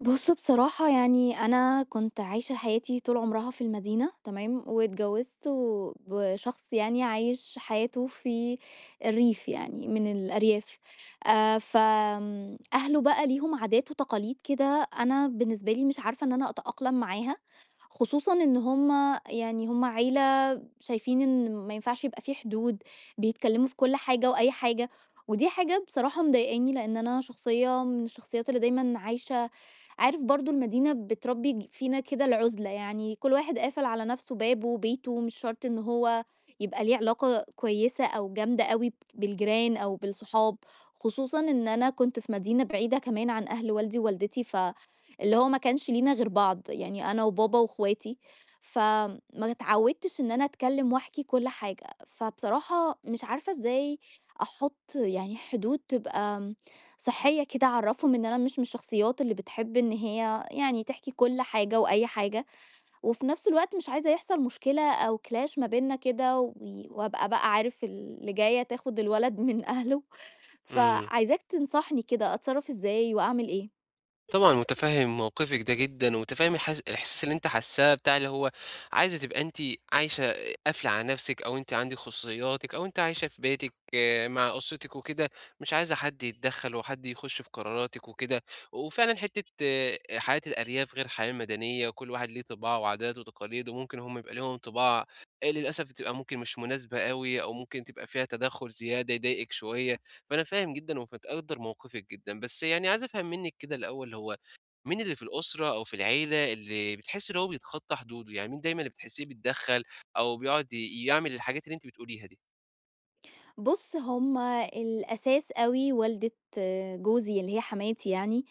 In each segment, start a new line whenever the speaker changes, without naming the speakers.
بُص، بصراحة يعني أنا كنت عايشة حياتي طول عمرها في المدينة، تمام، واتجوزت و بشخص يعني عايش حياته في الريف، يعني من الأرياف. فآمم أهله بقى ليهم عادات وتقاليد كده، أنا بالنسبة لي مش عارفة إن أنا أتأقلم معاها، خصوصًا إن هُم يعني هُم عيلة شايفين إن ما ينفعش يبقى في حدود، بيتكلموا في كل حاجة وأي حاجة. ودي حاجة بصراحة مضايقاني، لإن أنا شخصية من الشخصيات اللي دايمًا عايشة، عارف، برضه المدينة بتربي فينا كده العزلة، يعني كل واحد قافل على نفسه بابه وبيته، مش شرط ان هو يبقى ليه علاقة كويسة او جامدة قوي بالجيران او بالصحاب. خصوصا ان انا كنت في مدينة بعيدة كمان عن اهل والدي ووالدتي، ف اللي هو ما كانش لينا غير بعض، يعني انا وبابا واخواتي. فما اتعودتش ان انا اتكلم واحكي كل حاجة، فبصراحة مش عارفة ازاي احط يعني حدود تبقى صحية كده، أعرّفهم إن أنا مش من الشخصيات اللي بتحب إن هي يعني تحكي كل حاجة وأي حاجة. وفي نفس الوقت مش عايزة يحصل مشكلة أو clash ما بيننا كده، وي وأبقى بقى عارف اللي جاية تاخد الولد من أهله،
إمم،
فعايزاك تنصحني كده أتصرّف إزاي وأعمل إيه؟
طبعًا متفهم موقفِك ده جدًا، ومتفهم الإحساس اللي أنتِ حاساه بتاع اللي هو عايزة تبقى أنتِ عايشة قافلة على نفسِك، أو أنتِ عندِك خصوصياتِك، أو أنتِ عايشة في بيتِك آه، مع أسرتِك وكده، مش عايزة حد يتدخّل وحد يخش في قراراتِك وكده، وفعلًا حتة آه، حياة الأرياف غير الحياة المدنية، وكل واحد ليه طباعه وعاداته وتقاليد، وممكن هم يبقى ليهم طباع للأسف بتبقى ممكن مش مناسبة أوي، أو ممكن تبقى فيها تدخُّل زيادة يضايقِك شوية. فأنا فاهم جدًا ومتقدّر موقفِك جدًا، بس يعني عايز أفهم منِّك كده الأول هو مين اللي في الأسرة أو في العيلة اللي بتحسّي إن هو بيتخطّى حدوده، يعني مين دايمًا اللي بتحسّيه بيتدخّل أو بيقعد يعمل الحاجات اللي أنتِ بتقوليها دي؟
بُص، هم الأساس أوي والدة، آه، جوزي اللي هي حماتي يعني.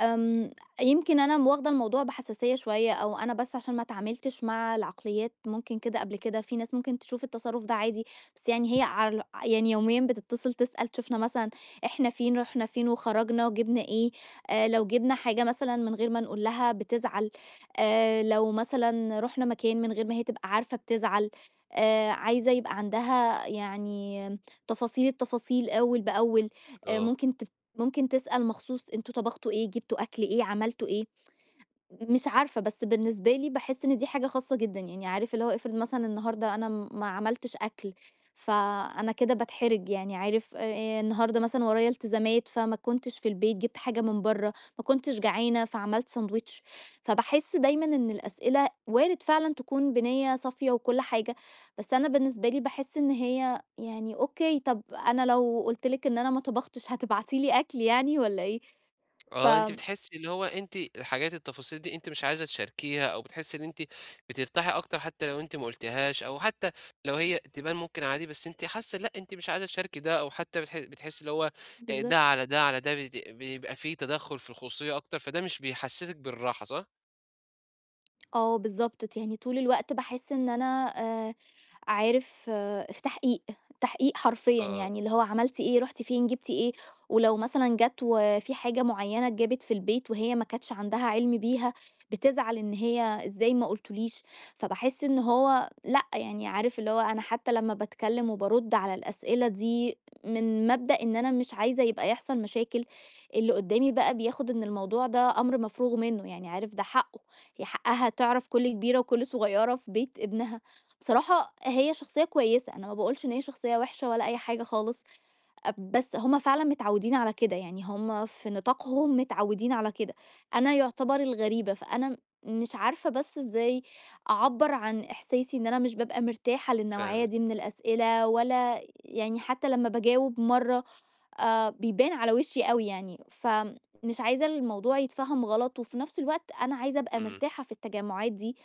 آمم، يمكن أنا واخدة الموضوع بحساسية شوية، أو أنا بس عشان ما اتعاملتش مع العقليات ممكن كده قبل كده، في ناس ممكن تشوف التصرُّف ده عادي. بس يعني هي يعني يوميًا بتتصل تسأل شُفنا مثلًا إحنا فين، رُحنا فين وخرجنا وجِبنا إيه. لو جِبنا حاجة مثلًا من غير ما نقول لها بتزعل. لو مثلًا رُحنا مكان من غير ما هي تبقى عارفة بتزعل. عايزة يبقى عندها يعني تفاصيل التفاصيل أول بأول. آآ
آه.
ممكن تف ممكن تسأل مخصوص أنتم طبختوا إيه، جبتوا أكل إيه، عملتوا إيه. مش عارفة، بس بالنسبة لي باحس إن دي حاجة خاصة جدًا، يعني عارف اللي هو افرض مثلًا النهارده أنا ما عملتش أكل، فأنا كده باتحرج يعني، عارف، النهارده مثلًا ورايا التزامات، فما كنتش في البيت، جِبت حاجة من برّه، ما كنتش جعانة فعملت ساندويتش. فباحس دايمًا إن الأسئلة وارد فعلًا تكون بنية صافية وكل حاجة، بس أنا بالنسبة لي باحس إن هي يعني أوكي، طب أنا لو قُلت لِك إن أنا ما طبختش هتبعتي لي أكل يعني، والّا إيه؟ ف
آه، أنتِ بتحسّي اللي هو أنتِ الحاجات التفاصيل دي أنتِ مش عايزة تشاركيها، أو بتحسّي إن أنتِ بترتاحي أكتر حتى لو أنتِ ما قُلتيهاش، أو حتى لو هي تبان ممكن عادي بس أنتِ حاسّة لأ، أنتِ مش عايزة تشاركي ده، أو حتى بتحسّي اللي هو ده
بالضبط.
على ده على ده بيبقى في تدخُّل في الخصوصية أكتر، فده مش بيحسّسِك بالراحة صح؟
آه بالضبط، يعني طول الوقت باحس إن أنا آآ عارف، آه، في تحقيق، تحقيق حرفيًا،
آه،
يعني اللي هو عملتِ إيه، رُحتِ فين، جبتِ إيه. ولو مثلًا جات وفي حاجة معيّنة اتجابت في البيت وهي ما كانتش عندها علم بيها، بتزعل إن هي إزاي ما قلتوليش. فباحس إن هو لأ، يعني عارف اللي هو أنا حتى لمّا باتكلم وبارُد على الأسئلة دي من مبدأ إن أنا مش عايزة يبقى يحصل مشاكل، اللي قدامي بقى بياخد إن الموضوع ده أمر مفروغ منه، يعني عارف ده حقه. هي حقها تعرف كل كبيرة وكل صغيرة في بيت ابنها. بصراحة هي شخصية كويسة، أنا ما باقولش إن هي شخصية وحشة ولا أي حاجة خالص، بس هم فعلًا متعودين على كده، يعني هم في نطاقهم متعودين على كده، أنا يعتبر الغريبة. فأنا مش عارفة بس إزاي أعبّر عن إحساسي إن أنا مش بابقى مرتاحة للنوعية
فاهمِك،
دي من الأسئلة، ولا يعني حتى لمّا باجاوب مرّة بيبان على وشي أوي يعني. فمش عايزة الموضوع يتفهم غلط، وفي نفس الوقت أنا عايزة أبقى
إمم،
مرتاحة في التجمعات دي،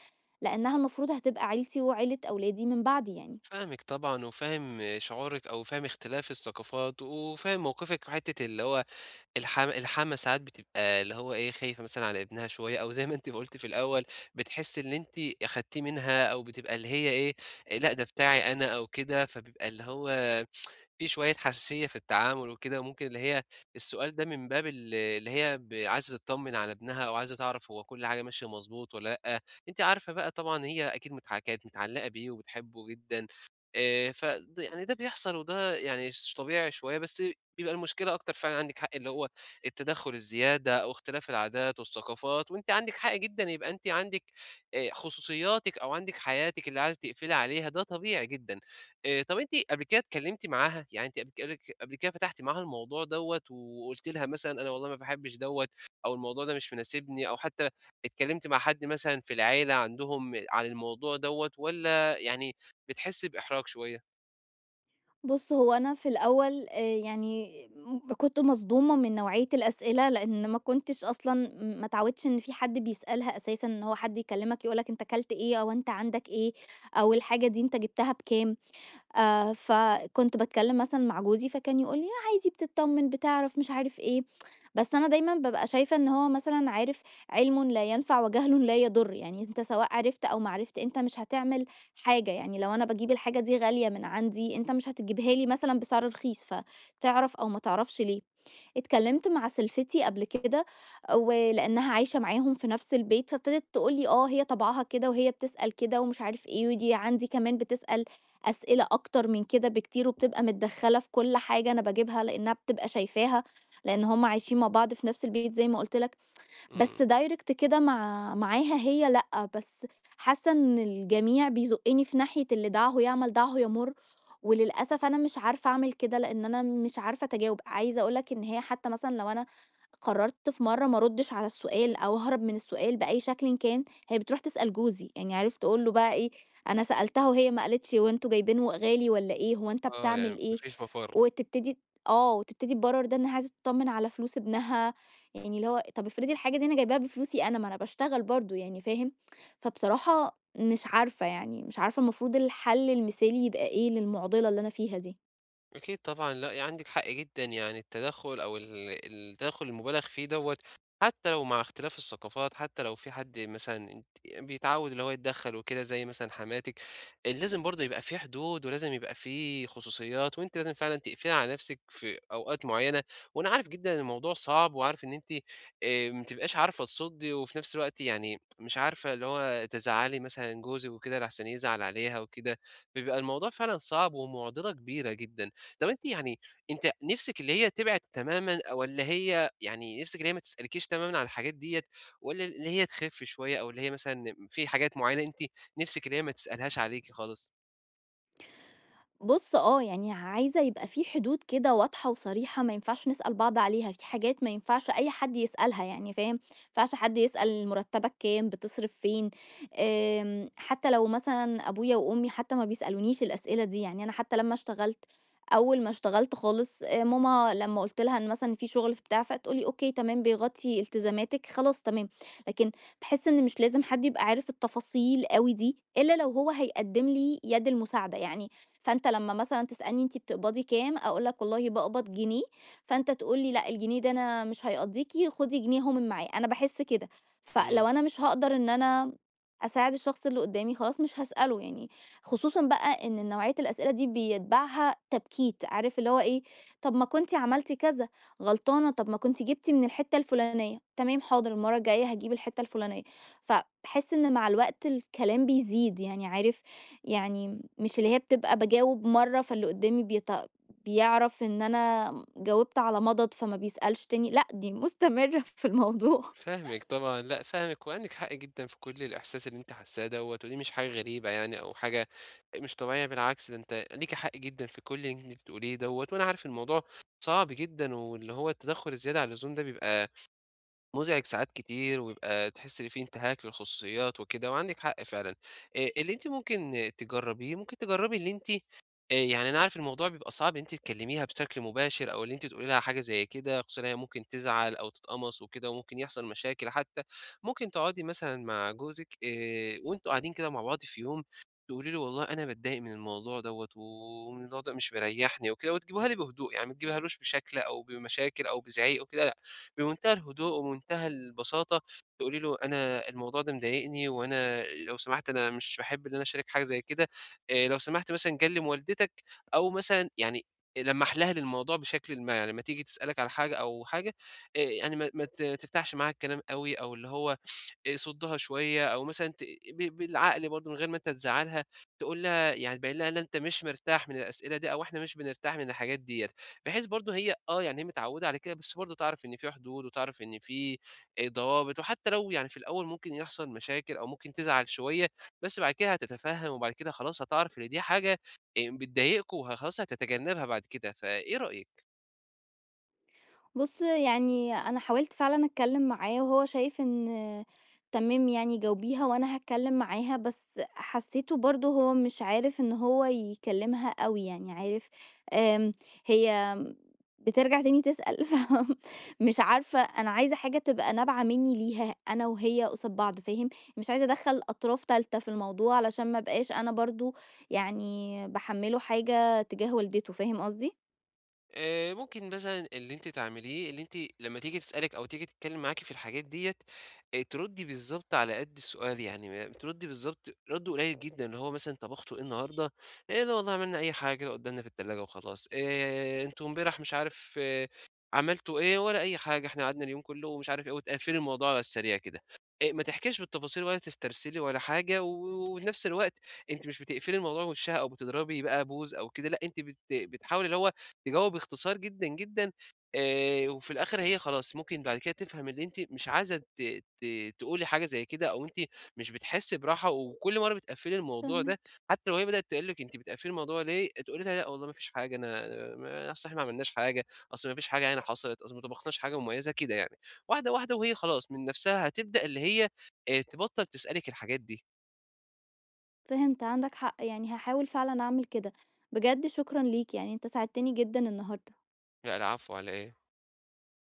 لأنها المفروض هتبقى عيلتي وعيلة أولادي من بعدي يعني.
فاهمِك طبعًا وفاهم شعورِك أو فاهم اختلاف الثقافات، وفاهم موقفِك في حتّة اللي هو الحامة ساعات بتبقى اللي هو إيه، خايفة مثلًا على ابنها شوية أو زي ما أنتِ قُلتِ في الأول، بتحسّي إن أنتِ أخدتيه منها أو بتبقى اللي هي إيه، إيه، لأ ده بتاعي أنا أو كده، فبيبقى اللي هو في شوية حساسية في التعامل وكده، وممكن اللي هي السؤال ده من باب اللي هي عايزة تطمن على ابنها أو عايزة تعرف هو كل حاجة ماشية مضبوط والّا لأ، أنتِ عارفة بقى طبعًا هي أكيد كانت متعلقة بيه وبتحبه جدًا، يعني ده بيحصل وده يعني طبيعي شوية، بس بيبقى المشكلة أكتر فعلًا عندِك حق اللي هو التدخُّل الزيادة أو اختلاف العادات والثقافات، وأنتِ عندِك حق جدًا يبقى أنتِ عندِك خصوصياتِك أو عندِك حياتِك اللي عايزة تقفلي عليها، ده طبيعي جدًا. طب أنتِ قبل كده اتكلمتِ معاها؟ يعني أنتِ قبل كده قبل كده فتحتِ معاها الموضوع دوّة وقُلتِ لها مثلًا أنا والله ما باحبش دوّة أو الموضوع ده مش مناسبني أو حتى اتكلمتِ مع حد مثلًا في العيلة عندهم عن الموضوع دوّة والّا يعني بتحسّي بإحراج شوية؟
بُص، هو أنا في الأول يعني كنت مصدومة من نوعية الأسئلة، لإن ما كنتش أصلًا ما اتعودتش إن في حد بيسألها أساسًا، إن هو حد يكلمك يقول لك أنت كلت إيه أو أنت عندك إيه، أو الحاجة دي أنت جبتها بكام. فكنت باتكلّم مثلًا مع جوزي فكان يقول لي: "عادي بتتطمّن، بتعرف،" مش عارف إيه. بس أنا دايمًا بابقى شايفة إن هو مثلًا عارف، علمٌ لا ينفع وجهلٌ لا يضُر، يعني أنت سواء عرفت أو ما عرفت أنت مش هتعمل حاجة، يعني لو أنا باجيب الحاجة دي غالية من عندي، أنت مش هتجيبها لي مثلًا بسعر رخيص، فتعرف أو ما تعرفش ليه. اتكلمت مع سلفتي قبل كده، ولأنها عايشة معاهم في نفس البيت، فابتدت تقول لي اه هي طبعها كده وهي بتسأل كده ومش عارف ايه، ودي عندي كمان بتسأل أسئلة أكتر من كده بكتير، وبتبقى متدخلة في كل حاجة أنا بجيبها لأنها بتبقى شايفاها، لأن هم عايشين مع بعض في نفس البيت زي ما قلت لك.
إمم.
بس direct كده معاها هي لأ، بس حاسة إن الجميع بيزقّني في ناحية اللي دعهُ يعمل دعهُ يَمُرّ، وللأسف أنا مش عارفة أعمل كده لإن أنا مش عارفة أتجاوب. عايزة أقول لك إن هي حتى مثلًا لو أنا قررت في مرّة ما أردّش على السؤال أو أهرب من السؤال بأي شكلٍ كان، هي بتروح تسأل جوزي، يعني عارف تقول له بقى إيه، أنا سألتها وهي ما قالتش، هو أنتم جايبينه غالي والّا إيه، هو أنت
آه، يعني
بتعمل
ما
إيه؟
فيش مفر.
وتبتدي، آه، وتبتدي تبرر ده إنها عايزة تطمن على فلوس ابنها، يعني اللي هو طب افرضي الحاجة دي أنا جايباها بفلوسي أنا، ما أنا باشتغل برضه يعني فاهم؟ فبصراحة مش عارفة يعني، مش عارفة المفروض الحل المثالي يبقى إيه للمعضلة اللي أنا فيها دي.
أكيد طبعًا، لأ، عندِك حق جدًا، يعني التدخُّل أو ال التدخُّل المُبالغ فيه دوّة، حتى لو مع اختلاف الثقافات، حتى لو في حد مثلًا أنتِ بيتعوّد اللي هو يتدخّل وكده زي مثلًا حماتِك، لازم برضه يبقى في حدود ولازم يبقى في خصوصيات، وأنتِ لازم فعلًا تقفلي على نَفْسِك في أوقات معيّنة، وأنا عارف جدًا إن الموضوع صعب وعارف إن أنتِ ما بتبقاش عارفة تصُدّي وفي نَفْس الوقت يعني مش عارفة اللي هو تزعّلي مثلًا جوزِك وكده لأحسن يزعل عليها وكده، بيبقى الموضوع فعلًا صعب ومعضلة كبيرة جدًا. طب أنتِ يعني أنتِ نِفْسِك اللي هي تبعد تمامًا والّا هي يعني نِفْسِك اللي هي ما تسألكيش تمامًا على الحاجات ديّة والّا اللي هي تخِف شوية أو اللي هي مثلًا في حاجات معيّنة أنتِ نِفْسِك اللي هي ما تسألهاش عليكِ خالص؟
بُص، آه، يعني عايزة يبقى في حدود كده واضحة وصريحة ما ينفعش نسأل بعض عليها، في حاجات ما ينفعش أي حد يسألها يعني فاهم؟ ما ينفعش حد يسأل مرتبك كام، بتصرف فين. حتى لو مثلًا أبويا وأمي حتى ما بيسألونيش الأسئلة دي، يعني أنا حتى لمّا اشتغلت أول ما اشتغلت خالص ماما لمّا قُلت لها إن مثلًا في شغل في بتاع، فتقول لي: "أوكي تمام بيغطي التزاماتِك خلاص تمام." لكن باحس إن مش لازم حد يبقى عارف التفاصيل أوي دي، إلا لو هو هيقدم لي يد المساعدة. يعني فأنت لمّا مثلًا تسألني أنتِ بتقبضي كام، أقول لك والله باقبض جنيه، فأنت تقول لي لأ الجنيه ده أنا مش هيقضيكِ، خدي جنيه أهو من معاه، أنا باحس كده.
إمم.
فلو أنا مش هاقدر إن أنا أساعد الشخص اللي قدامي خلاص مش هاسأله يعني، خصوصًا بقى إن نوعية الأسئلة دي بيتبعها تبكيت، عارف اللي هو إيه، طب ما كنتِ عملتِ كذا، غلطانة، طب ما كنتِ جبتِ من الحتة الفلانية، تمام حاضر المرة الجاية هاجيب الحتة الفلانية. فباحس إن مع الوقت الكلام بيزيد، يعني عارف، يعني مش اللي هي بتبقى باجاوب مرة فاللي قدامي بيعرف إن أنا جاوبت على مضض فما بيسألش تاني، لأ دي مستمرة في الموضوع.
فاهمِك طبعًا، لأ فاهمِك وعندِك حق جدًا في كل الإحساس اللي أنتِ حاسّاه دوّة ودي مش حاجة غريبة يعني أو حاجة مش طبيعية بالعكس، ده أنتِ ليكِ حق جدًا في كل اللي أنتِ بتقوليه دوّة وأنا عارف الموضوع صعب جدًا واللي هو التدخُّل الزيادة عن اللزوم ده بيبقى مُزعج ساعات كتير، ويبقى تحس إن في انتهاك للخصوصيات وكده، وعندِك حق فعلًا. اللي أنتِ ممكن تجرّبيه، ممكن تجرّبي اللي أنتِ يعني أنا عارف الموضوع بيبقى صعب إن أنتِ تكلميها بشكل مباشر أو إن أنتِ تقولي لها حاجة زي كده، خصوصًا إن هي ممكن تزعل أو تتقمص وكده وممكن يحصل مشاكل حتى، ممكن تقعدي مثلًا مع جوزِك وأنتم قاعدين كده مع بعض في يوم، تقولي له والله أنا متضايق من الموضوع دوّة والموضوع ده مش مريحني وكده وتجيبوها لي بهدوء، يعني ما تجيبيهالوش بشكل أو بمشاكل أو بزعيق وكده لأ، بمنتهى الهدوء ومنتهى البساطة تقولي له أنا الموضوع ده مضايقني وأنا لو سمحت أنا مش باحب إن أنا أشارك حاجة زي كده. لو سمحت مثلًا كلم والدتك أو مثلًا يعني لمّح لها للموضوع بشكلٍ ما، يعني لمّا تيجي تسألك على حاجة أو حاجة يعني ما تفتحش معاها الكلام أوي أو اللي هو صدّها شوية أو مثلًا بالعقل برضه من غير ما أنت تزعّلها، تقول لها يعني تبين لها إن أنت مش مرتاح من الأسئلة دي أو إحنا مش بنرتاح من الحاجات ديّة، بحيث برضه هي آه، يعني هي متعوّدة على كده بس برضه تعرف إن في حدود وتعرف إن في ضوابط، وحتى لو يعني في الأول ممكن يحصل مشاكل أو ممكن تزعل شوية، بس بعد كده هتتفهم، وبعد كده خلاص هتعرف إن دي حاجة بتضايقكم خلاص هتتجنبها بعد كده، فإيه رأيك؟
بُص، يعني أنا حاولت فعلًا أتكلّم معاه وهو شايف إن تمام يعني جاوبيها وأنا هاتكلّم معاها، بس حسّيته برضه هو مش عارف إن هو يكلّمها أوي يعني عارف. آمم، هي بترجع تاني تسأل فمش عارفة، أنا عايزة حاجة تبقى نابعة منّي ليها أنا وهي قصاد بعض فاهم، مش عايزة أدخّل أطراف تالتة في الموضوع علشان ما أبقاش أنا برضه يعني باحمّله حاجة تجاه والدته، فاهم قصدي؟
ممكن مثلًا اللي أنتِ تعمليه، اللي أنتِ لمّا تيجي تسألِك أو تيجي تتكلم معاكِ في الحاجات ديّة، تردي بالضبط على قد السؤال، يعني ما تردي بالضبط رد قليل جدًا، اللي هو مثلًا طبختوا إيه النهارده؟ إيه ده والله عملنا أي حاجة كده قدامنا في التلاجة وخلاص. أنتم امبارح مش عارف آه، عملتوا إيه ولا أي حاجة، إحنا قعدنا اليوم كله ومش عارف إيه، وتقفلي الموضوع على السريع كده. ما تحكيش بالتفاصيل ولا تسترسلي ولا حاجة، وفي نفس الوقت أنتِ مش بتقفلي الموضوع في وشها أو بتضربي بقى بوز أو كده، لأ أنتِ بتحاولي اللي هو تجاوب باختصار جدًا، جدًا وفي الآخر هي خلاص ممكن بعد كده تفهم اللي أنتِ مش عايزة ت ت تقولي حاجة زي كده أو أنتِ مش بتحسّي براحة، وكل مرّة بتقفّلي الموضوع ده
فاهماك.
حتى لو هي بدأت تقول لِك أنتِ بتقفّلي الموضوع ليه، تقولي لها لأ والله ما فيش حاجة أنا ما أصل إحنا ما عملناش حاجة، أصل ما فيش حاجة هنا حصلت، أصل ما طبخناش حاجة مميزة كده يعني، واحدة، واحدة وهي خلاص من نَفْسها هتبدأ اللي هي تبطّل تسألِك الحاجات دي.
فهمت، عندك حق، يعني هاحاول فعلًا أعمل كده. بجد شكرًا ليك، يعني أنت ساعدتني جدًا النهارده.
لأ، العفو على إيه؟